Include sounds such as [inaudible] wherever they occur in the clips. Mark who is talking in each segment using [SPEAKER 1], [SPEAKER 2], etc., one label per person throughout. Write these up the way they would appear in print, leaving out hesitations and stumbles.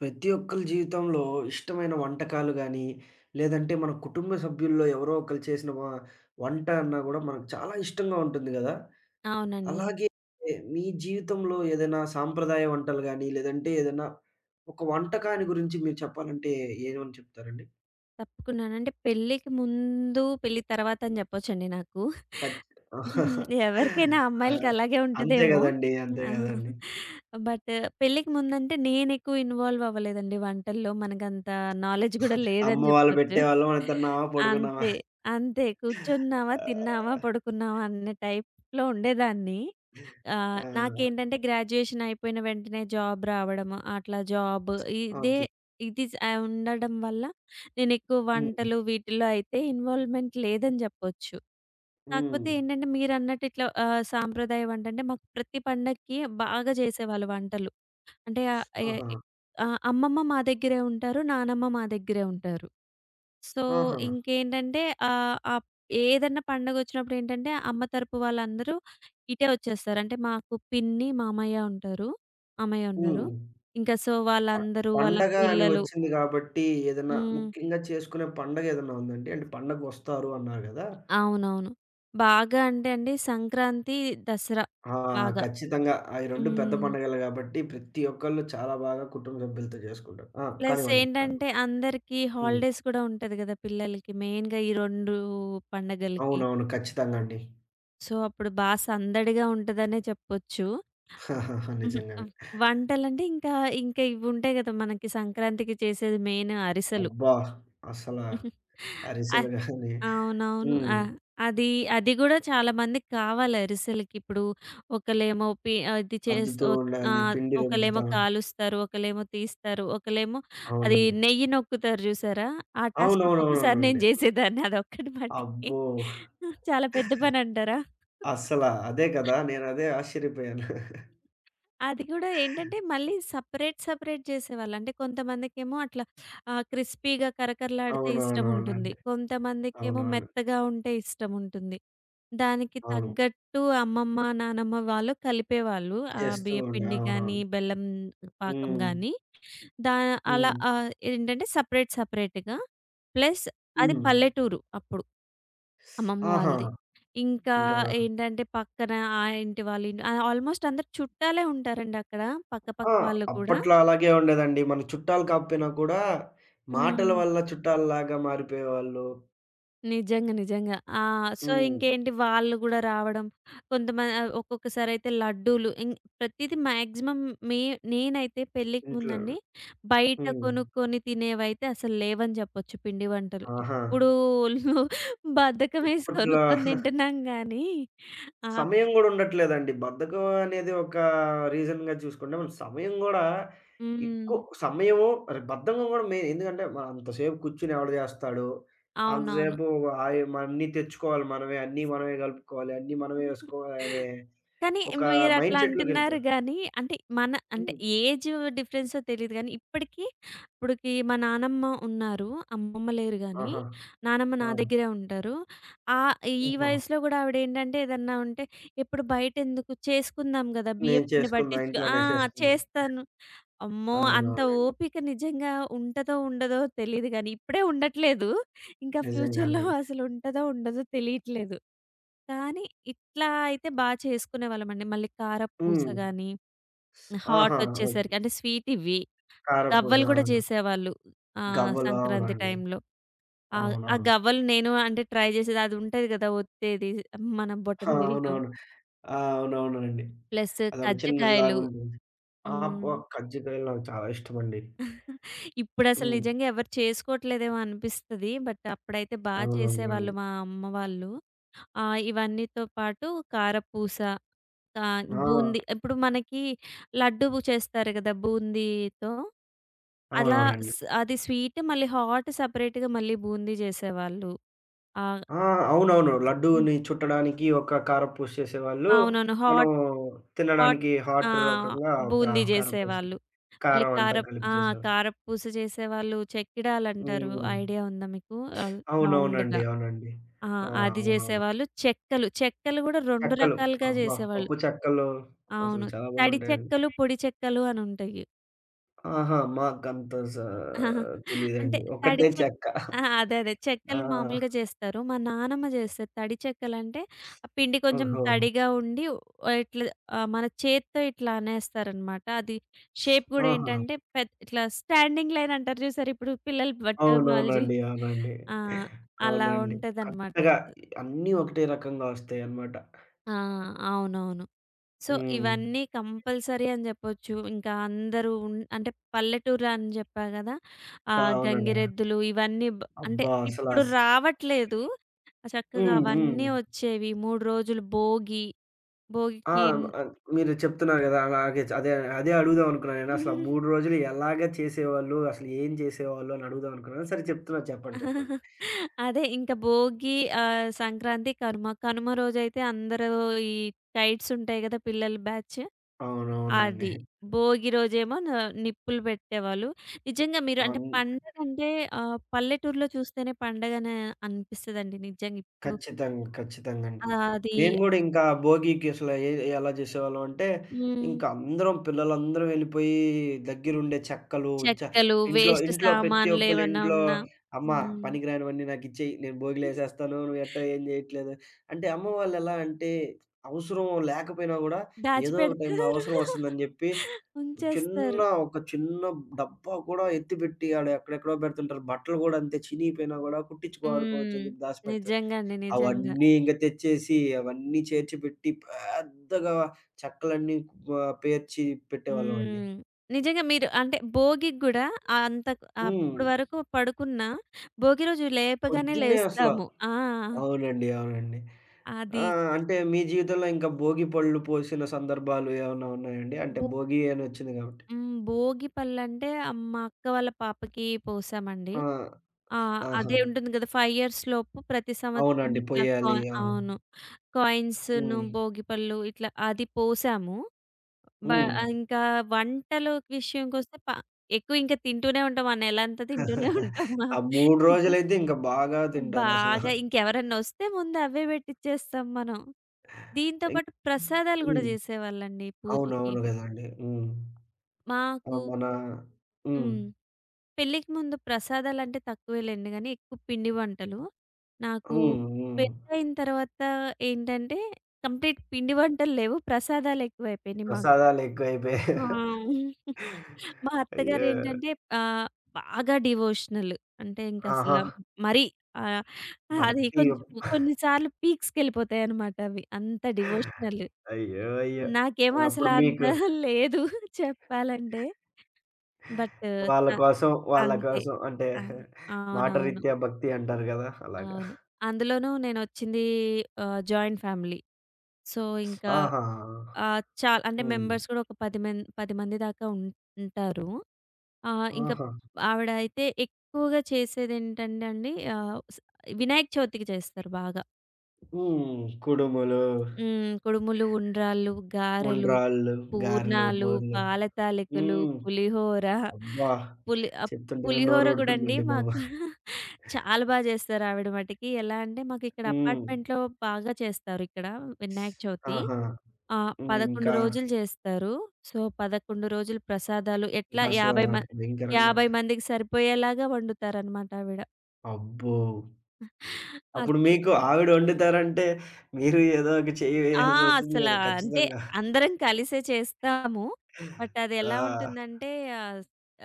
[SPEAKER 1] ప్రతి ఒక్కళ్ళ జీవితంలో ఇష్టమైన వంటకాలు గాని, లేదంటే మన కుటుంబ సభ్యుల్లో ఎవరో ఒకళ్ళు చేసిన వంట అన్నా గూడా మనకు చాలా ఇష్టంగా ఉంటుంది గదా!
[SPEAKER 2] అవునండి.
[SPEAKER 1] అలాగే మీ జీవితంలో ఏదైనా సాంప్రదాయ వంటలు గాని, లేదంటే ఏదైనా ఒక వంటకాన్ని గురించి మీరు చెప్పాలంటే ఏమని చెప్తారండి?
[SPEAKER 2] తప్పకుండాను. అంటే పెళ్ళికి ముందు, పెళ్లి తర్వాత అని చెప్పొచ్చండి నాకు.
[SPEAKER 1] ఖచ్
[SPEAKER 2] [laughs] ఉహుహు. ఎవరికైనా
[SPEAKER 1] ఆ!
[SPEAKER 2] అమ్మాయిలకి అలాగే
[SPEAKER 1] అంతే
[SPEAKER 2] ఉంటదేమో.
[SPEAKER 1] గదండీ. అంతే
[SPEAKER 2] ఆహా!
[SPEAKER 1] గదండీ.
[SPEAKER 2] బట్ పెళ్ళికి ముందంటే నేనెక్కువ ఇన్వాల్వ్ అవ్వలేదండి వంటల్లో. మనకంత నాలెడ్జ్ గూడా
[SPEAKER 1] అమ్మ
[SPEAKER 2] లేదని
[SPEAKER 1] వాళ్ళు
[SPEAKER 2] జెప్పొచ్చు.
[SPEAKER 1] పెట్టేవాళ్ళు మనం తిన్నామా? పడుకున్నామా?
[SPEAKER 2] అంతే. అంతే. కూర్చున్నామా,
[SPEAKER 1] ఆ!
[SPEAKER 2] తిన్నామా, పడుకున్నామా అనే టైప్‌లో ఉండేదాన్ని. ఆ!
[SPEAKER 1] ఆ!
[SPEAKER 2] నాకేంటంటే గ్రాడ్యుయేషన్ అయిపోయిన వెంటనే జాబ్ రావడం, అట్లా జాబ్ ఇదే
[SPEAKER 1] ఓకే.
[SPEAKER 2] ఇది స ఆహ్, ఉండడం వల్ల నేనెక్కువ
[SPEAKER 1] హ్మ్.
[SPEAKER 2] వంటలు వీటిల్లో అయితే ఇన్వాల్వ్‌మెంట్ లేదని జెప్పొచ్చు. కాకపోతే
[SPEAKER 1] హ్మ్.
[SPEAKER 2] ఏంటంటే మీరన్నట్టు ఇట్లా సాంప్రదాయ వంట అంటే మాకు ప్రతి పండక్కి బాగా జేసేవాళ్ళు వంటలు. అంటే
[SPEAKER 1] ఆహా!
[SPEAKER 2] అమ్మమ్మ మా దగ్గరే ఉంటారు. నానమ్మ మా దగ్గరే ఉంటారు. సో,
[SPEAKER 1] ఆహా!
[SPEAKER 2] ఇంకేంటంటే ఆహ్, ఆప్ ఏదన్నా పండగొచ్చినప్పుడేంటంటే, అమ్మ తరపు వాళ్ళందరూ ఇటే వచ్చేస్తారు. అంటే మాకు పిన్ని, మామయ్య ఉంటారు. మామయ్య ఉన్నారు.
[SPEAKER 1] హ్మ్.
[SPEAKER 2] ఇంకా సో,
[SPEAKER 1] ప
[SPEAKER 2] వాళ్ళందరూ వాళ్ళ
[SPEAKER 1] పండగ అని
[SPEAKER 2] పిల్లలు.
[SPEAKER 1] వచ్చింది గాబట్టి, ఏదన్నా
[SPEAKER 2] హ్మ్.
[SPEAKER 1] ముఖ్యంగా చేసుకునే పండగేదన్నా ఉందండి? అంటే పండగొస్తారు అన్నారు గదా!
[SPEAKER 2] అవునవును. బాగా అంటే అండి సంక్రాంతి, దసరా
[SPEAKER 1] ఆ!
[SPEAKER 2] బాగా.
[SPEAKER 1] ఖచ్చితంగా. అయి 2 పెద్ద
[SPEAKER 2] హ్మ్.
[SPEAKER 1] పండగలే గాబట్టి, ప్రతి ఒక్కళ్ళు చాలా బాగా కుటుంబ సభ్యులతో జేసుకుంటారు. ఆ!
[SPEAKER 2] ప్లస్
[SPEAKER 1] కానివ్వండి. కాని
[SPEAKER 2] ఏంటంటే అందరికీ
[SPEAKER 1] హ్మ్.
[SPEAKER 2] హాలిడేస్ కూడా ఉంటది గదా! పిల్లలకి మెయిన్‌గా ఈ 2 పండగలకి.
[SPEAKER 1] అవునవును. ఖచ్చితంగా అండి.
[SPEAKER 2] సో, అప్పుడు బా సందడిగా ఉంటదనే చెప్పొచ్చు.
[SPEAKER 1] [laughs]
[SPEAKER 2] హుహు.
[SPEAKER 1] నిజంగానే.
[SPEAKER 2] హ్మ్. వంటలంటే ఇంకా, ఇవుంటాయి గదా! మనకి సంక్రాంతికి చేసేది మెయిన్ అరిసెలు.
[SPEAKER 1] అబ్బా! అసల
[SPEAKER 2] ఉహు. ఆ!
[SPEAKER 1] అరిసెలు గాని
[SPEAKER 2] అవునవును.
[SPEAKER 1] హ్మ్.
[SPEAKER 2] ఆ! అది, అది గూడా చాలా మందికి కావాలి అరిసెలకి. ఇప్పుడు ఒకళ్ళేమో పి అది చేస్
[SPEAKER 1] అద్దుతూ
[SPEAKER 2] ఒత్
[SPEAKER 1] ఉండాలి.
[SPEAKER 2] ఆహ్,
[SPEAKER 1] పిండి
[SPEAKER 2] ఒకళ్ళేమో
[SPEAKER 1] రుబ్బుతా
[SPEAKER 2] కాలుస్తారు, ఒకళ్ళేమో తీస్తారు, ఒకళ్ళేమో అది
[SPEAKER 1] అవునండి.
[SPEAKER 2] నెయ్యి నొక్కుతారు జూసారా? ఆ టాస్క్ ఒక్కొక్కసారి నేను
[SPEAKER 1] అవునవునవునవునండి.
[SPEAKER 2] జేసేదాన్ని అదొక్కటి మటికి.
[SPEAKER 1] అబ్బో!
[SPEAKER 2] చాలా పెద్ద పనంటారా?
[SPEAKER 1] అస్సల. అదే కదా! నేనదే ఆశ్చర్యపోయాను.
[SPEAKER 2] అది గూడా ఏంటంటే, మళ్ళీ సెపరేట్, సెపరేట్ జేసేవాళ్ళు. అంటే కొంతమందికేమో అట్లా క్రిస్పీగా కరకరలాడితే ఇష్టముంటుంది.
[SPEAKER 1] అవునవునవునండి.
[SPEAKER 2] కొంతమందికేమో
[SPEAKER 1] అవునవును.
[SPEAKER 2] మెత్తగా ఉంటే ఇష్టముంటుంది. దానికి
[SPEAKER 1] అవును.
[SPEAKER 2] తగ్గట్టు అమ్మమ్మ, నానమ్మ వాళ్ళు కలిపేవాళ్ళు. ఆ
[SPEAKER 1] చేస్తూ ఉండే.
[SPEAKER 2] బియ్యపిండి గానీ,
[SPEAKER 1] అవునవును.
[SPEAKER 2] బెల్లం పాకం
[SPEAKER 1] హ్మ్.
[SPEAKER 2] గానీ, దా
[SPEAKER 1] హ్మ్.
[SPEAKER 2] ఏంటంటే సెపరేట్, సెపరేట్‌గా. ప్లస్ అది
[SPEAKER 1] హ్మ్.
[SPEAKER 2] పల్లెటూరు అప్పుడు. అమ్మమ్మ
[SPEAKER 1] ఆహా!
[SPEAKER 2] వాళ్ళది. ఇంకా
[SPEAKER 1] ఇంకా
[SPEAKER 2] ఏంటంటే పక్కన ఆ ఇంటి వాళ్ళు ఆల్‌మోస్ట్ అందరూ చుట్టాలే ఉంటారండి అక్కడ. పక్క
[SPEAKER 1] ఆ!
[SPEAKER 2] పక్క వాళ్ళు కూడా.
[SPEAKER 1] అప్పట్లో అలాగే ఉండేదండి. మన చుట్టాలు కాకపోయినా కూడా మాటల
[SPEAKER 2] హ్మ్.
[SPEAKER 1] వల్ల చుట్టాల్లాగా మారిపోయేవాళ్ళు.
[SPEAKER 2] నిజంగా. ఆ! సో,
[SPEAKER 1] హ్మ్.
[SPEAKER 2] ఇంకేంటి వాళ్ళు గూడా రావడం. ఒక్కొక్కసారయితే లడ్డూలు ఇం ప్రతీది మాక్సిమం మే నేనైతే పెళ్ళికి
[SPEAKER 1] ఇంట్లో
[SPEAKER 2] ముందండి బయట
[SPEAKER 1] హ్మ్.
[SPEAKER 2] కొనుక్కొని తినేవైతే అసలు లేవని చెప్పొచ్చు పిండి వంటలు.
[SPEAKER 1] ఆహా!
[SPEAKER 2] ఇప్పుడు [laughs] బద్ధకమేసి
[SPEAKER 1] ఇప్పట్లో
[SPEAKER 2] కొనుక్కొని తింటున్నాం గానీ, ఆప్
[SPEAKER 1] సమయం గూడా ఉండట్లేదండి. బద్ధకం అనేది ఒక రీజన్‌గా చూసుకుంటే, మనం సమయం గూడా
[SPEAKER 2] హ్మ్.
[SPEAKER 1] ఎక్కువ సమయము అరే బద్ధకం గూడా మెయిన్. ఎందుకంటే, మనం అంతసేపు కూర్చొని ఎవడు జేస్తాడు?
[SPEAKER 2] అవునవును.
[SPEAKER 1] అంతసేపు అయి అన్నీ తెచ్చుకోవాలి మనమే. అన్నీ మనమే గలుపుకోవాలి. అన్నీ మనమే ఏసుకోవాలి అనే
[SPEAKER 2] కానీ
[SPEAKER 1] ఒక
[SPEAKER 2] మీరట్లా
[SPEAKER 1] మైండ్
[SPEAKER 2] అంటున్నారు
[SPEAKER 1] సెట్‌లోకెళ్ళిపోయారు.
[SPEAKER 2] గానీ, అంటే మన అంటే
[SPEAKER 1] హ్మ్.
[SPEAKER 2] ఏజు డిఫరెన్సో తెలీదు గానీ, ఇప్పుడికి మా నానమ్మ ఉన్నారు. అమ్మమ్మ లేరు గానీ,
[SPEAKER 1] ఆహా!
[SPEAKER 2] నానమ్మ నా
[SPEAKER 1] ఆ!
[SPEAKER 2] దగ్గరే ఉంటారు. ఆహ్, ఈ
[SPEAKER 1] ఆహా!
[SPEAKER 2] వయసులో గూడా ఆవిడేంటంటే ఏదన్నా ఉంటే, ఇప్పుడు బయటెందుకు చేసుకుందాం గదా!
[SPEAKER 1] నేను
[SPEAKER 2] బియ్యప్పిండి
[SPEAKER 1] చేసుకున్నా.
[SPEAKER 2] పట్టించుకో ఆ!
[SPEAKER 1] ఇంట్లోనే చేసుకున్నా.
[SPEAKER 2] చేస్తాను. అమ్మో! అంత
[SPEAKER 1] అవునవునండి.
[SPEAKER 2] ఓపిక నిజంగా ఉంటదో, ఉండదో తెలీదు గానీ, ఇప్పుడే ఉండట్లేదు. ఇంకా
[SPEAKER 1] నిజంగానే
[SPEAKER 2] ఫ్యూచర్‌లో
[SPEAKER 1] అండి.
[SPEAKER 2] అసలుంటదో, ఉండదో తెలియట్లేదు. కానీ, ఇట్లా అయితే బా చేసుకునేవాళ్ళమండి. మళ్ళీ కారపూస
[SPEAKER 1] హ్మ్.
[SPEAKER 2] గానీ,
[SPEAKER 1] ఆహా! ఓకే.
[SPEAKER 2] హాటొచ్చేసరికి అంటే, స్వీటివ్వి.
[SPEAKER 1] కారపూస.
[SPEAKER 2] గవ్వలు గూడా
[SPEAKER 1] ఆ!
[SPEAKER 2] చేసేవాళ్ళు.
[SPEAKER 1] గవ్వలు.
[SPEAKER 2] సంక్రాంతి
[SPEAKER 1] అవునండి.
[SPEAKER 2] టైంలో. ఆ ఆ
[SPEAKER 1] అవునవును.
[SPEAKER 2] గవ్వలు నేను అంటే ట్రై చేసేది. అది ఉంటది గదా! ఒత్తేది. మనం
[SPEAKER 1] ఆ!
[SPEAKER 2] బొటనవేలుతో.
[SPEAKER 1] అవునవును. ఆ! అవునవునండి.
[SPEAKER 2] ప్లస్
[SPEAKER 1] అదొక
[SPEAKER 2] కజ్జికాయలు.
[SPEAKER 1] చిన్నదిలాగుంటుంది. ఆ!
[SPEAKER 2] హ్మ్.
[SPEAKER 1] అబ్బా! కజ్జికాయలు నాకు చాలా ఇష్టమండి.
[SPEAKER 2] ఇప్పుడసలు
[SPEAKER 1] హ్మ్.
[SPEAKER 2] నిజంగా ఎవరు చేసుకోవట్లేదేమో అనిపిస్తది. బట్ అప్పుడైతే బా చేసేవాళ్ళు
[SPEAKER 1] అవునవునండి.
[SPEAKER 2] మా అమ్మ వాళ్ళు. ఇవన్నీతో పాటు కారపూస, కా
[SPEAKER 1] ఆ!
[SPEAKER 2] బూందీ ఇప్పుడు మనకి లడ్డూ చేస్తారు కదా! బూందీతో. అలా
[SPEAKER 1] అవునవునండి.
[SPEAKER 2] స్ అది స్వీట్ మళ్ళీ హాట్ సెపరేట్‌గా మళ్ళీ బూందీ చేసేవాళ్ళు. ఆహ్,
[SPEAKER 1] ఆ! అవునవును.
[SPEAKER 2] హ్మ్.
[SPEAKER 1] లడ్డూని చుట్టడానికి ఒక కారపూస చేసేవాళ్ళు.
[SPEAKER 2] అవునవును.
[SPEAKER 1] మనం
[SPEAKER 2] హాట్ హాట్
[SPEAKER 1] తినడానికి
[SPEAKER 2] ఆ!
[SPEAKER 1] హాట్ రకంగా ఒక
[SPEAKER 2] బూందీ
[SPEAKER 1] కారపూస
[SPEAKER 2] చేసేవాళ్ళు. మళ్ళీ
[SPEAKER 1] కారం అంతా
[SPEAKER 2] కారప్
[SPEAKER 1] కలిపి
[SPEAKER 2] ఆ!
[SPEAKER 1] చేసేవాళ్ళు.
[SPEAKER 2] కారపూస చేసేవాళ్ళు. చెక్కిడాలంటారు
[SPEAKER 1] హ్మ్.
[SPEAKER 2] ఐడియా ఉందా మీకు? ఆహ్, రౌండ్‌గా.
[SPEAKER 1] అవునవునండి. అవునండి.
[SPEAKER 2] ఆ!
[SPEAKER 1] ఆ!
[SPEAKER 2] అది
[SPEAKER 1] అవునవును.
[SPEAKER 2] జేసేవాళ్ళు. చెక్కలు, గూడా 2
[SPEAKER 1] చెక్కలు
[SPEAKER 2] రకాలుగా
[SPEAKER 1] అబ్బా!
[SPEAKER 2] జేసేవాళ్ళు.
[SPEAKER 1] పప్పు చెక్కలు అసలు
[SPEAKER 2] అవును.
[SPEAKER 1] చాలా
[SPEAKER 2] తడి
[SPEAKER 1] బావుంటాయండి.
[SPEAKER 2] చెక్కలు, పొడి చెక్కలు అనుంటాయి.
[SPEAKER 1] ఆహా! మాకంత
[SPEAKER 2] అంటే
[SPEAKER 1] తెలీదండి.
[SPEAKER 2] తడి
[SPEAKER 1] ఒకటే
[SPEAKER 2] చెక్
[SPEAKER 1] చెక్క.
[SPEAKER 2] ఆ! అదే.
[SPEAKER 1] ఆ!
[SPEAKER 2] చెక్కలు మామూలుగా జేస్తారు. మా నానమ్మ జేస్తది. తడి చెక్కలంటే ఆ పిండి కొంచెం
[SPEAKER 1] ఓహో!
[SPEAKER 2] తడిగా ఉండి ఆహ్, ఇట్లా మన చేత్తో ఇట్లా అనేస్తారనమాట. అది షేప్ గూడా
[SPEAKER 1] ఆహా!
[SPEAKER 2] ఏంటంటే ఇట్లా స్టాండింగ్ లైన్ అంటారు జూసారా? ఇప్పుడు పిల్లల టర్మినాలజీ.
[SPEAKER 1] అవునవునండి. అవునండి.
[SPEAKER 2] ఆ! అలా
[SPEAKER 1] అవునండి.
[SPEAKER 2] ఉంటదనమాట.
[SPEAKER 1] కరెక్ట్‌గా అన్నీ ఒకటే రకంగా వస్తాయన్నమాట.
[SPEAKER 2] ఆ! అవునవును. సో,
[SPEAKER 1] హ్మ్.
[SPEAKER 2] ఇవన్నీ కంపల్సరీ అని జెప్పొచ్చు. ఇంకా అందరూ ఉన్ అంటే పల్లెటూరు అని జెప్పా గదా!
[SPEAKER 1] కావునడా!
[SPEAKER 2] గంగిరెద్దులు ఇవన్నీ అంటే
[SPEAKER 1] అబ్బా! అసలా
[SPEAKER 2] ఇప్పుడు
[SPEAKER 1] స్
[SPEAKER 2] రావట్లేదు. చక్కగా
[SPEAKER 1] హ్మ్. హ్మ్.
[SPEAKER 2] అవన్నీ వచ్చేవి. 3 రోజులు భోగి,
[SPEAKER 1] ఆ!
[SPEAKER 2] భోగికి న్-
[SPEAKER 1] ఆహ్, మీరు చెప్తున్నారు గదా! అలాగే అదే, అదే అడుగుదాం అనుకున్నాను నేను. అసలు ఆ 3 రోజులు ఎలాగ చేసేవాళ్ళు? అసలు ఏం చేసేవాళ్ళు? అని అడుగుదాం అనుకున్నాను. సరే చెప్తున్నారు చెప్పండి. చెప్పండి.
[SPEAKER 2] [laughs] అదే ఇంకా భోగి ఆహ్, సంక్రాంతి, కనుమ. కనుమ రోజైతే అందరూ ఈ కైట్స్ ఉంటాయి గదా! పిల్లల బ్యాచ్
[SPEAKER 1] అవునవునండి.
[SPEAKER 2] అది. భోగి రోజేమో న నిప్పులు పెట్టేవాళ్ళు. నిజంగా మీరు అంటే
[SPEAKER 1] అన్
[SPEAKER 2] పండగంటే పల్లెటూరులో చూస్తేనే పండగనే అనిపిస్తదండి నిజంగా ఇప్పుడు.
[SPEAKER 1] ఖచ్చితంగా. ఖచ్చితంగండి.
[SPEAKER 2] ఆహ్, అది
[SPEAKER 1] మేము గూడా ఇంకా భోగికి అసలు ఎలా జేసేవాళ్ళం అంటే,
[SPEAKER 2] హ్మ్.
[SPEAKER 1] ఇంకా అందరం పిల్లలందరం వెళ్ళిపోయి దగ్గరుండే చెక్కలు, చ
[SPEAKER 2] చెక్కలు,
[SPEAKER 1] ఇంట్లో
[SPEAKER 2] వేస్ట్
[SPEAKER 1] ఇంట్లో ప్రతి
[SPEAKER 2] సామాన్లు
[SPEAKER 1] ఒక్కళ్ళ
[SPEAKER 2] ఏమన్నా
[SPEAKER 1] ఇంట్లో,
[SPEAKER 2] ఉన్నా
[SPEAKER 1] "అమ్మ
[SPEAKER 2] హ్మ్.
[SPEAKER 1] పనికిరానివన్నీ నాకిచ్చేయి. నేను భోగిలో
[SPEAKER 2] [laughs]
[SPEAKER 1] ఎసేస్తాను. నువ్వు ఎట్టా ఏం జేయట్లేదు." అంటే అమ్మ వాళ్ళు ఎలా అంటే, అవసరం లేకపోయినా గూడా ఏదో ఒక టైంలో
[SPEAKER 2] దాచిపెడతారు.
[SPEAKER 1] అవసరం వస్తుందని జెప్పి,
[SPEAKER 2] ఉంచేస్తారు.
[SPEAKER 1] చిన్న ఒక చిన్న డబ్బా కూడా ఎత్తిపెట్టి ఆడ ఎక్కడెక్కడో పెడుతుంటారు. బట్టలు గూడా అంతే చినిగిపోయినా గూడా కుట్టించుకో ఆడుకోవచ్చు అని
[SPEAKER 2] హ్మ్.
[SPEAKER 1] జెప్పి దాసిపెడతారు.
[SPEAKER 2] నిజంగా అండి. నిజంగా.
[SPEAKER 1] అవన్నీ ఇంక తెచ్చేసి, అవన్నీ చేర్చి పెట్టి పెద్దగా చెక్కలన్నీ పేర్చి పెట్టేవాళ్ళమండి.
[SPEAKER 2] హ్మ్. నిజంగా మీరు అంటే భోగికి గూడా అంత
[SPEAKER 1] హ్మ్.
[SPEAKER 2] అప్పటి వరకు పడుకున్న భోగి రోజు లేపగానే
[SPEAKER 1] పొద్దున్నే అసల.
[SPEAKER 2] లేస్తాము. ఆ!
[SPEAKER 1] అవునండి. అవునండి.
[SPEAKER 2] అది
[SPEAKER 1] ఆ! అంటే మీ జీవితంలో ఇంకా భోగి పళ్ళు పోసిన సందర్భాలు ఏమన్నా ఉన్నాయండి? అంటే
[SPEAKER 2] భో
[SPEAKER 1] భోగి అని వచ్చింది కాబట్టి.
[SPEAKER 2] హ్మ్. భోగి పళ్ళంటే మా అక్క వాళ్ళ పాపకి పోసామండి.
[SPEAKER 1] ఆ!
[SPEAKER 2] ఆ!
[SPEAKER 1] ఆహా!
[SPEAKER 2] అదే ఉంటుంది కదా! 5 ఇయర్స్ లోపు ప్రతి సంవత్సరం
[SPEAKER 1] అవునండి.
[SPEAKER 2] ఇట్లా కా
[SPEAKER 1] పొయ్యాలి. అవును.
[SPEAKER 2] అవును. కాయిన్స్‌ను,
[SPEAKER 1] హ్మ్.
[SPEAKER 2] భోగిపళ్ళు ఇట్లా అది పోసాము. బ
[SPEAKER 1] హ్మ్.
[SPEAKER 2] ఇంకా వంటలు విషయంకొస్తే ఎక్కువ ఇంకా తింటూనే ఉంటాం. ఆ నెలంతా తింటూనే
[SPEAKER 1] [laughs]
[SPEAKER 2] ఉంటాం.
[SPEAKER 1] ఆ 3 రోజులైతే ఇంకా బాగా తింటారసల.
[SPEAKER 2] బాగా. ఇంకెవరన్నా వస్తే ముందు అవే పెట్టిచ్చేస్తాం మనం. దీంతో పాటు ప్రసాదాలు గూడా
[SPEAKER 1] హ్మ్.
[SPEAKER 2] జేసేవాళ్ళండి పూజకి.
[SPEAKER 1] అవునవును గదండీ. హ్మ్. ఆ!
[SPEAKER 2] మాకు
[SPEAKER 1] మన హ్మ్.
[SPEAKER 2] హ్మ్. పెళ్ళికి ముందు ప్రసాదాలంటే తక్కువేలెండి గానీ, ఎక్కువ పిండి వంటలు. నాకు
[SPEAKER 1] హ్మ్. హ్మ్.
[SPEAKER 2] పెళ్ళయిన తర్వాత ఏంటంటే, కంప్లీట్ పిండి వంటలు లేవు. ప్రసాదాలెక్కువైపోయినియి మాకు.
[SPEAKER 1] ప్రసాదాలెక్కువైపోయాయి.
[SPEAKER 2] ఆ! మా
[SPEAKER 1] అయ్యో!
[SPEAKER 2] అత్తగారేంటంటే ఆహ్, బాగా డివోషనల్. అంటే ఇంకసల
[SPEAKER 1] ఆహా!
[SPEAKER 2] మరీ ఆహ్, అది
[SPEAKER 1] భక్తి.
[SPEAKER 2] కొంచెం కొన్ని సార్లు పీక్స్‌కెళ్ళిపోతాయన్నమాట అవి. అంత డివోషనల్.
[SPEAKER 1] అయ్యో! అయ్యో!
[SPEAKER 2] నాకేమో అసల
[SPEAKER 1] అప్పుడు
[SPEAKER 2] అంత
[SPEAKER 1] మీకు
[SPEAKER 2] [laughs] లేదు చెప్పాలంటే. బట్ త
[SPEAKER 1] వాళ్ళ కోసం, వాళ్ళ
[SPEAKER 2] అంతే.
[SPEAKER 1] కోసం అంటే
[SPEAKER 2] ఆ!
[SPEAKER 1] మాట
[SPEAKER 2] అవునవును.
[SPEAKER 1] రీత్యా భక్తి అంటారు గదా! అలాగా.
[SPEAKER 2] అవును. అందులోనూ నేనొచ్చింది జాయింట్ ఫ్యామిలీ. సో, ఇంకా
[SPEAKER 1] ఆహా!
[SPEAKER 2] ఆహ్, చాల్ అంటే
[SPEAKER 1] హ్మ్.
[SPEAKER 2] మెంబర్స్ కూడా ఒక 10 మంది దాకా ఉంటారు. ఆ! ఇంక
[SPEAKER 1] ఆహా!
[SPEAKER 2] ఆవిడ అయితే ఎక్కువగా చేసేదేంటంటే అండి ఆహ్, స్ వినాయక చవితికి చేస్తారు బాగా.
[SPEAKER 1] హ్మ్. కుడుములు,
[SPEAKER 2] హ్మ్. కుడుములు, ఉండ్రాళ్ళు, గారెలు,
[SPEAKER 1] ఉండ్రాళ్ళు, గారెలు,
[SPEAKER 2] పూర్ణాలు,
[SPEAKER 1] బూరెలు.
[SPEAKER 2] పాల తాలికలు,
[SPEAKER 1] హ్మ్.
[SPEAKER 2] పులిహోర,
[SPEAKER 1] అబ్బా!
[SPEAKER 2] పులి ఆహ్,
[SPEAKER 1] చెప్తుంటేనే
[SPEAKER 2] పులిహోర గూడా అండి
[SPEAKER 1] నోరూడుతుందండి బాబు.
[SPEAKER 2] మాకు. [laughs] చాలా బా చేస్తారు ఆవిడ మటికి. ఎలా అంటే మాకిక్కడ
[SPEAKER 1] హ్మ్.
[SPEAKER 2] అపార్ట్మెంట్‌లో బాగా చేస్తారు ఇక్కడ వినాయక చవితి.
[SPEAKER 1] ఆహా!
[SPEAKER 2] ఆ!
[SPEAKER 1] హ్మ్.
[SPEAKER 2] 11
[SPEAKER 1] ఇంకా
[SPEAKER 2] రోజులు జేస్తారు. సో, 11 రోజులు ప్రసాదాలు ఎట్లా
[SPEAKER 1] ఇంకా అసల
[SPEAKER 2] 50 మ
[SPEAKER 1] భయంకరంగా.
[SPEAKER 2] 50 మందికి సరిపోయేలాగా వండుతారనమాట ఆవిడ.
[SPEAKER 1] అబ్బో! అప్పుడు
[SPEAKER 2] అట్లా
[SPEAKER 1] మీకు ఆవిడ వండుతారంటే, మీరు ఏదో ఒక చెయ్యి
[SPEAKER 2] ఆ!
[SPEAKER 1] వేయాల్సొస్తుంది
[SPEAKER 2] అసలా
[SPEAKER 1] గదా!
[SPEAKER 2] అంటే
[SPEAKER 1] ఖచ్చితంగా.
[SPEAKER 2] అందరం కలిసే చేస్తాము. బట్ అదెలా
[SPEAKER 1] ఆ!
[SPEAKER 2] ఉంటుందంటే ఆహ్,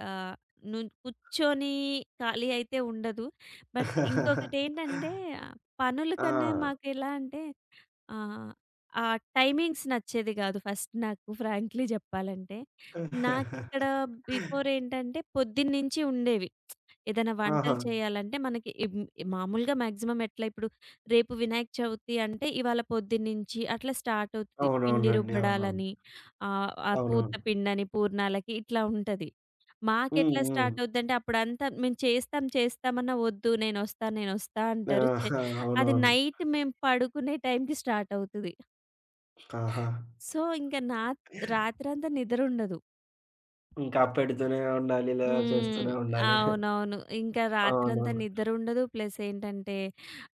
[SPEAKER 2] ఆహ్, ను కూర్చొని ఖాళీ అయితే ఉండదు. బట్ ఇంకొకటేంటంటే పనుల
[SPEAKER 1] ఆ!
[SPEAKER 2] కన్నా మాకెలా అంటే ఆ! ఆ టైమింగ్స్ నచ్చేది గాదు ఫస్ట్ నాకు ఫ్రాంక్లీ జెప్పాలంటే. నాకిక్కడ బిఫోర్ ఏంటంటే పొద్దున్నుంచి ఉండేవి. ఏదైనా
[SPEAKER 1] ఆహా!
[SPEAKER 2] వంటలు చేయాలంటే మనకి ఇమ్ మామూలుగా మాక్సిమం ఎట్లా ఇప్పుడు రేపు వినాయక చవితి అంటే ఇవాళ పొద్దున్నుంచి అట్లా స్టార్ట్ అవుతది. పిండి
[SPEAKER 1] అవునవునండి. అవునవును.
[SPEAKER 2] రుబ్బడాలని, ఆహ్, ఆహ్, పూత
[SPEAKER 1] అవునవును.
[SPEAKER 2] పిండని, పూర్ణాలకి ఇట్లా ఉంటది.
[SPEAKER 1] హ్మ్.
[SPEAKER 2] మాకెట్లా
[SPEAKER 1] హ్మ్.
[SPEAKER 2] స్టార్ట్ అవుద్దంటే అప్పుడంతా మేము చేస్తాం చేస్తామన్నా వద్దు నేనొస్తా, నేనొస్తా అంటారు.
[SPEAKER 1] ఆహా!
[SPEAKER 2] అది
[SPEAKER 1] అవునవును.
[SPEAKER 2] నైట్ మేము పడుకునే టైంకి స్టార్ట్ అవుతది.
[SPEAKER 1] ఆహా!
[SPEAKER 2] సో, ఇంక నా రాత్రంతా నిద్రుండదు.
[SPEAKER 1] ఇంకా పెడుతూనే ఉండాలి. లేదా
[SPEAKER 2] హ్మ్.
[SPEAKER 1] చేస్తూనే ఉండాలి.
[SPEAKER 2] అవునవును. ఇంకా రాత్రంతా
[SPEAKER 1] అవునవును.
[SPEAKER 2] నిద్రుండదు. ప్లస్ ఏంటంటే,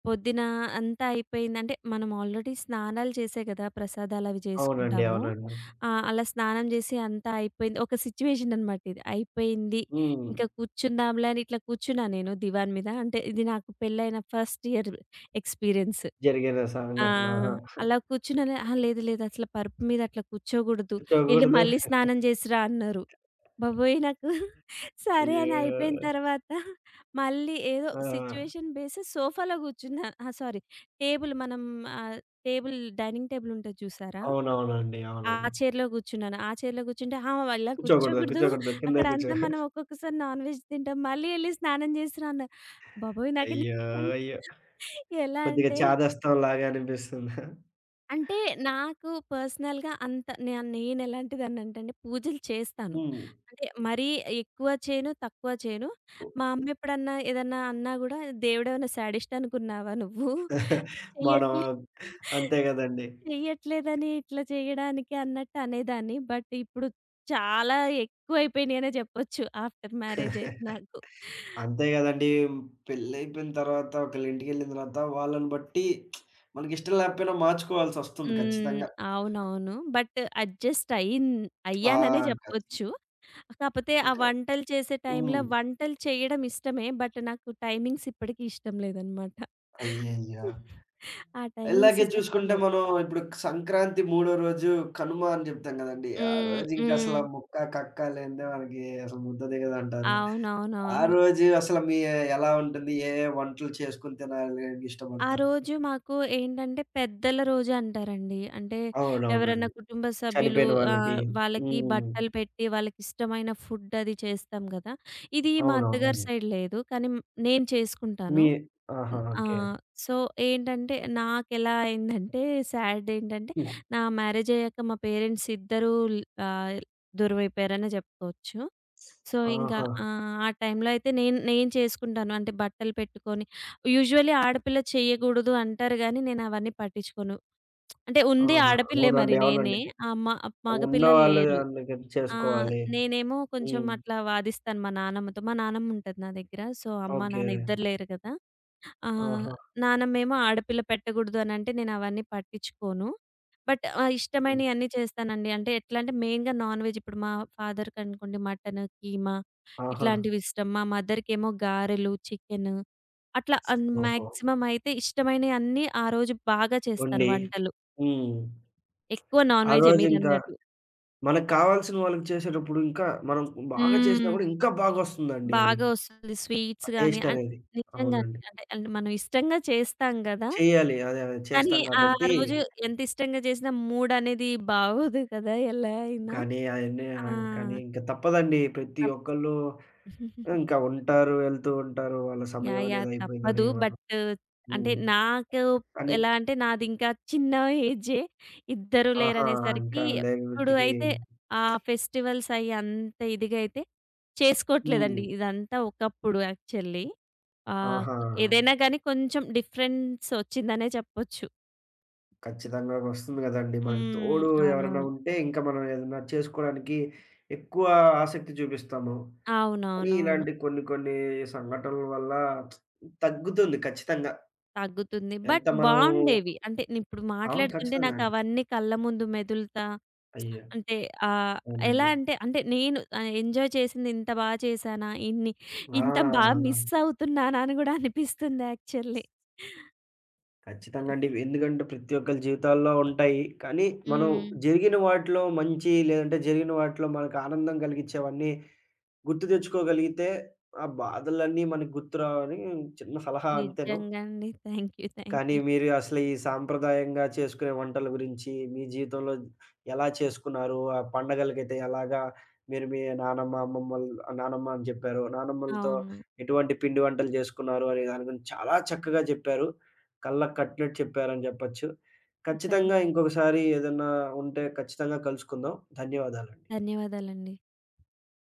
[SPEAKER 2] పొద్దున అంతా అయిపోయింది. అంటే, మనం ఆల్రెడీ స్నానాలు చేసే కదా! ప్రసాదాలవి
[SPEAKER 1] అవునండి.
[SPEAKER 2] చేసుకుంటాము.
[SPEAKER 1] అవునండి.
[SPEAKER 2] అలా స్నానం చేసి అంతా అయిపోయింది. ఒక సిచ్యువేషన్ అనమాట ఇది. అయిపోయింది.
[SPEAKER 1] హ్మ్.
[SPEAKER 2] ఇంకా కూర్చుందాంలే అని ఇట్లా కూర్చున్నా నేను దివాన్ మీద. అంటే, ఇది నాకు పెళ్ళైన ఫస్ట్ ఇయర్ ఎక్స్‌పీరియన్స్.
[SPEAKER 1] జరిగిన
[SPEAKER 2] ఆ!
[SPEAKER 1] సంఘటన. ఆహా!
[SPEAKER 2] అలా కూర్చున్నాను. "అహా! లేదు లేదు. అసలు పరుపు మీద అట్లా కూర్చోకూడదు. ఎళ్లి
[SPEAKER 1] కూర్చోకూడదు.
[SPEAKER 2] మళ్ళీ స్నానం చేసిరా" అన్నారు. బాబోయ్! సరే అని అయిపోయిన
[SPEAKER 1] అయ్యో!
[SPEAKER 2] తర్వాత మళ్ళీ ఏదో
[SPEAKER 1] ఆ!
[SPEAKER 2] సిట్యుయేషన్ బేస్ సోఫాలో కూర్చున్నా. అహా! సారీ, టేబుల్ మనం ఆహ్, టేబుల్ డైనింగ్ టేబుల్ ఉంటది చూసారా?
[SPEAKER 1] అవునవునండి.
[SPEAKER 2] ఆ
[SPEAKER 1] అవునండి.
[SPEAKER 2] చైర్‌లో కూర్చున్నాను. ఆ చైర్‌లో కూర్చుంటే "ఆహా! ఇలా
[SPEAKER 1] కూర్చోకూడదు.
[SPEAKER 2] కూర్చోకూడదు.
[SPEAKER 1] కూర్చోకూడదు. కిందే
[SPEAKER 2] అక్కడ
[SPEAKER 1] కూర్చో
[SPEAKER 2] అంతా మనం ఒక్కొక్కసారి నాన్ వెజ్ తింటాం. మళ్ళీ ఎళ్లి స్నానం చేసిరా" అన్నారు. బాబోయ్! నాకు
[SPEAKER 1] అయ్యో!
[SPEAKER 2] నిజంగా
[SPEAKER 1] అయ్యో!
[SPEAKER 2] ఎలా
[SPEAKER 1] కొద్దిగా
[SPEAKER 2] అంటే
[SPEAKER 1] చాదస్తంలాగా అనిపిస్తుందా?
[SPEAKER 2] అంటే నాకు పర్సనల్‌గా అంత నే నేనెలాంటిదాన్నంటే అండి పూజలు చేస్తాను.
[SPEAKER 1] హ్మ్.
[SPEAKER 2] అంటే మరీ ఎక్కువ చేయను, తక్కువ చేయను.
[SPEAKER 1] ఉ
[SPEAKER 2] మా అమ్మ ఎప్పుడన్నా ఏదన్నా అన్నా గూడా "దేవుడేమన్నా శాడిస్ట్ అనుకున్నావా నువ్వు?
[SPEAKER 1] మనం
[SPEAKER 2] చెయ్యట్లే
[SPEAKER 1] అంతే గదండీ.
[SPEAKER 2] చెయ్యట్లేదని ఇట్లా చేయడానికి" అన్నట్టు అనేదాన్ని. బట్ ఇప్పుడు చాలా ఎక్కువైపోయినియనే జెప్పొచ్చు ఆఫ్టర్ మ్యారేజ్ అయితే నాకు.
[SPEAKER 1] అంతే గదండీ. పెళ్లయిపోయిన తర్వాత ఒకళ్ళింటికెళ్ళిన తర్వాత వాళ్ళని బట్టి మనకిష్టం లేకపోయినా మార్చుకోవాల్సొస్తుంది
[SPEAKER 2] హ్మ్.
[SPEAKER 1] ఖచ్చితంగా.
[SPEAKER 2] అవునవును. బట్ అడ్జస్ట్ అయ్యిన్
[SPEAKER 1] ఆ!
[SPEAKER 2] అయ్యాననే
[SPEAKER 1] ఖచ్చితంగా.
[SPEAKER 2] జెప్పొచ్చు. కాపోతే ఆ
[SPEAKER 1] ఇంకా
[SPEAKER 2] వంటలు చేసే టైంలో
[SPEAKER 1] హ్మ్.
[SPEAKER 2] వంటలు చేయడం ఇష్టమే. బట్ నాకు టైమింగ్స్ ఇప్పటికి ఇష్టం లేదనమాట.
[SPEAKER 1] అయ్యయ్యో!
[SPEAKER 2] ఆ టైమింగ్స్
[SPEAKER 1] ఇలాగే
[SPEAKER 2] సెట్
[SPEAKER 1] చూసుకుంటే
[SPEAKER 2] అవ్వవు.
[SPEAKER 1] మనం ఇప్పుడు సంక్రాంతి మూడో రోజు కనుమ అని చెప్తాం గదండీ! ఆ
[SPEAKER 2] హ్మ్.
[SPEAKER 1] రోజు ఇంక అసల
[SPEAKER 2] హ్మ్.
[SPEAKER 1] ముక్క, కక్క లేనిదే మనకి అసలు ముద్ద దిగదంటారు. ఆ
[SPEAKER 2] అవునవునవును.
[SPEAKER 1] రోజు అసలు మీ ఎలా ఉంటుంది? ఏ వంటలు చేసుకొని తినాలని
[SPEAKER 2] ఆ
[SPEAKER 1] ఇష్టపడతారు?
[SPEAKER 2] రోజు మాకు ఏంటంటే పెద్దల రోజు అంటారండి. అంటే ఎవరైనా
[SPEAKER 1] అవునవునండి.
[SPEAKER 2] కుటుంబ సభ్యులు
[SPEAKER 1] చనిపోయిన వాళ్ళకి.
[SPEAKER 2] వాళ్ళకి
[SPEAKER 1] హ్మ్.
[SPEAKER 2] బట్టలు పెట్టి వాళ్ళకిష్టమైన ఫుడ్ అది చేస్తాం గదా! ఇది మా అత్తగారి
[SPEAKER 1] అవునవునండి.
[SPEAKER 2] సైడ్ లేదు. కానీ నేను చేసుకుంటాను.
[SPEAKER 1] మీ ఆహా!
[SPEAKER 2] ఆ!
[SPEAKER 1] ఓకే.
[SPEAKER 2] సో, ఏంటంటే నాకెలా అయిందంటే సాడ్ ఏంటంటే
[SPEAKER 1] హ్మ్.
[SPEAKER 2] మ్యారేజ్ అయ్యాక మా పేరెంట్స్ ఇద్దరూ ల్ ఆహ్, దూరమైపోయారనే చెప్పుకోవచ్చు. సో, ఇంకా
[SPEAKER 1] ఆహా!
[SPEAKER 2] ఆ టైంలో అయితే నేను నేను చేసుకుంటాను. అంటే బట్టలు పెట్టుకొని యూజువల్లీ ఆడపిల్ల చేయకూడదు అంటారు గానీ నేను అవన్నీ పట్టించుకోను. అంటే ఉంది
[SPEAKER 1] ఆహా!
[SPEAKER 2] ఆడపిల్లే మరి
[SPEAKER 1] అవునండి.
[SPEAKER 2] నేనే.
[SPEAKER 1] అవునండి.
[SPEAKER 2] ఆ! మ
[SPEAKER 1] ఉన్న
[SPEAKER 2] మగపిల్లలు
[SPEAKER 1] వాళ్ళు
[SPEAKER 2] లేరు.
[SPEAKER 1] అందుకని
[SPEAKER 2] ఆ!
[SPEAKER 1] చేసుకోవాలి.
[SPEAKER 2] నేనేమో కొంచెం
[SPEAKER 1] హ్మ్.
[SPEAKER 2] అట్లా వాదిస్తాను మా నానమ్మతో. మా నానమ్మ ఉంటది నా దగ్గర. సో, అమ్మ,
[SPEAKER 1] ఓకే.
[SPEAKER 2] నాన్న ఇద్దరు లేరు కదా! ఆ!
[SPEAKER 1] ఆహా!
[SPEAKER 2] నానమ్మేమో ఆడపిల్ల పెట్టకూడదు అనంటే నేనవన్నీ పట్టించుకోను. బట్
[SPEAKER 1] హ్మ్.
[SPEAKER 2] ఇష్టమైనయన్నీ చేస్తానండి. అంటే ఎట్లంటే మెయిన్‌గా నాన్ వెజ్ ఇప్పుడు మా ఫాదర్‌కనుకోండి మటను, కీమా
[SPEAKER 1] ఆహా!
[SPEAKER 2] ఇట్లాంటివిష్టం. మా మదర్‌కేమో గారెలు, చికెను. అట్లా
[SPEAKER 1] ఓహో!
[SPEAKER 2] మాక్సిమం అయితే ఇష్టమైనయన్నీ ఆ రోజు బాగా చేస్తాను
[SPEAKER 1] వండి.
[SPEAKER 2] వంటలు.
[SPEAKER 1] హ్మ్.
[SPEAKER 2] ఎక్కువ నాన్
[SPEAKER 1] ఆ
[SPEAKER 2] వెజ్జే
[SPEAKER 1] రోజింకా
[SPEAKER 2] మీరన్నట్టు.
[SPEAKER 1] మనకు కావాల్సిన వాళ్ళకి చేసేటప్పుడు ఇంకా మనం బాగా
[SPEAKER 2] హ్మ్.
[SPEAKER 1] చేసినా గూడా ఇంకా బాగొస్తుందండి అది.
[SPEAKER 2] బాగా వస్తుంది.
[SPEAKER 1] ఆ
[SPEAKER 2] స్వీట్స్ గాని
[SPEAKER 1] టేస్ట్
[SPEAKER 2] అన్
[SPEAKER 1] అనేది.
[SPEAKER 2] నిజంగానే.
[SPEAKER 1] అవునండి.
[SPEAKER 2] అంటే, మనం ఇష్టంగా చేస్తాం గదా!
[SPEAKER 1] చేయాలి. అదే అదే
[SPEAKER 2] కానీ
[SPEAKER 1] చేస్తాం
[SPEAKER 2] ఆ
[SPEAKER 1] గాబట్టి
[SPEAKER 2] రోజు ఎంత ఇష్టంగా చేసినా మూడనేది బాగోదు కదా! ఎలా అయినా.
[SPEAKER 1] కానీ అయన్నీ
[SPEAKER 2] ఆ!
[SPEAKER 1] కానీ ఇంక తప్పదండి. ప్రతి
[SPEAKER 2] తప్
[SPEAKER 1] ఒక్కళ్ళు
[SPEAKER 2] [laughs]
[SPEAKER 1] ఇంకా ఉంటారు, వెళ్తూ ఉంటారు. వాళ్ళ
[SPEAKER 2] యాహ్!
[SPEAKER 1] సమయం
[SPEAKER 2] యాహ్!
[SPEAKER 1] అనేది అయిపోయిందని
[SPEAKER 2] తప్పదు.
[SPEAKER 1] మనం
[SPEAKER 2] బట్ అంటే
[SPEAKER 1] హ్మ్.
[SPEAKER 2] నాకు
[SPEAKER 1] కానీ
[SPEAKER 2] ఎలా అంటే నాది ఇంకా చిన్న ఏజే. ఇద్దరు
[SPEAKER 1] ఆహా!
[SPEAKER 2] లేరనేసరికి
[SPEAKER 1] ఇంకా లేని
[SPEAKER 2] ఇప్పుడు
[SPEAKER 1] మట్టికి
[SPEAKER 2] అయితే ఆ ఫెస్టివల్స్ అయ్యి అంత ఇదిగా అయితే
[SPEAKER 1] హ్మ్.
[SPEAKER 2] చేసుకోవట్లేదండి. ఇదంతా ఒకప్పుడు యాక్చువల్లీ. ఆహ్,
[SPEAKER 1] ఆహా! ఆహా!
[SPEAKER 2] ఏదైనా గాని కొంచెం డిఫరెన్స్ వచ్చిందనే చెప్పొచ్చు.
[SPEAKER 1] ఖచ్చితంగా వస్తుంది గదండీ. మనకు
[SPEAKER 2] హ్మ్.
[SPEAKER 1] తోడు ఎవరైనా
[SPEAKER 2] అవునవును.
[SPEAKER 1] ఉంటే ఇంకా మనం ఏదైనా చేసుకోవడానికి ఎక్కువ ఆసక్తి చూపిస్తాము. కానీ
[SPEAKER 2] అవునవునవును.
[SPEAKER 1] ఇలాంటి కొన్ని కొన్ని సంఘటనల వల్ల తగ్గుతుంది ఖచ్చితంగా.
[SPEAKER 2] తగ్గుతుంది.
[SPEAKER 1] ఎంత
[SPEAKER 2] బట్
[SPEAKER 1] మనం
[SPEAKER 2] బావుండేవి. అంటే నే ఇప్పుడు
[SPEAKER 1] అవును.
[SPEAKER 2] మాట్లాడుతుంటే
[SPEAKER 1] ఖచ్చితంగా అండి.
[SPEAKER 2] నాకవన్నీ కళ్ళ ముందు మెదులుతా.
[SPEAKER 1] అయ్యో!
[SPEAKER 2] అంటే ఆహ్, ఎలా
[SPEAKER 1] అవునండి.
[SPEAKER 2] అంటే, అంటే నేను ఎంజాయ్ చేసింది ఇంత బా చేశానా?
[SPEAKER 1] ఆ!
[SPEAKER 2] ఇంత బా మిస్
[SPEAKER 1] ఆ!
[SPEAKER 2] అవుతున్నానా? అని గూడా అనిపిస్తుంది యాక్చువల్లీ.
[SPEAKER 1] ఖచ్చితంగా అండి. ఎందుకంటే ప్రతి ఒక్కళ్ళ జీవితాల్లో ఉంటాయి. కానీ మనం
[SPEAKER 2] హ్మ్.
[SPEAKER 1] జరిగిన వాటిలో మంచి లేదంటే జరిగిన వాటిలో మనకు ఆనందం కలిగించేవన్నీ గుర్తు తెచ్చుకోగలిగితే ఆ బాధలన్నీ మనకు గుర్తురావని చిన్న సలహా అంతేను.
[SPEAKER 2] నిజంగా అండి. Thank you. థాంక్
[SPEAKER 1] కానీ
[SPEAKER 2] యూ.
[SPEAKER 1] మీరు అసలు ఈ సాంప్రదాయంగా చేసుకునే వంటల గురించి మీ జీవితంలో ఎలా చేసుకున్నారు? ఆ పండగలకైతే ఎలాగా మీరు మీ నానమ్మ, అమ్మమ్మలు నానమ్మ అని చెప్పారు. నానమ్మలతో
[SPEAKER 2] అవును.
[SPEAKER 1] ఎటువంటి పిండి వంటలు చేసుకున్నారు అనే దాని గురించి చాలా చక్కగా చెప్పారు. కళ్ళకి కట్టినట్టు చెప్పారని చెప్పొచ్చు.
[SPEAKER 2] థాంక్
[SPEAKER 1] ఖచ్చితంగా ఇంకొకసారి ఏదన్నా ఉంటే ఖచ్చితంగా కలుసుకుందాం. ధన్యవాదాలండి.
[SPEAKER 2] ధన్యవాదాలండి.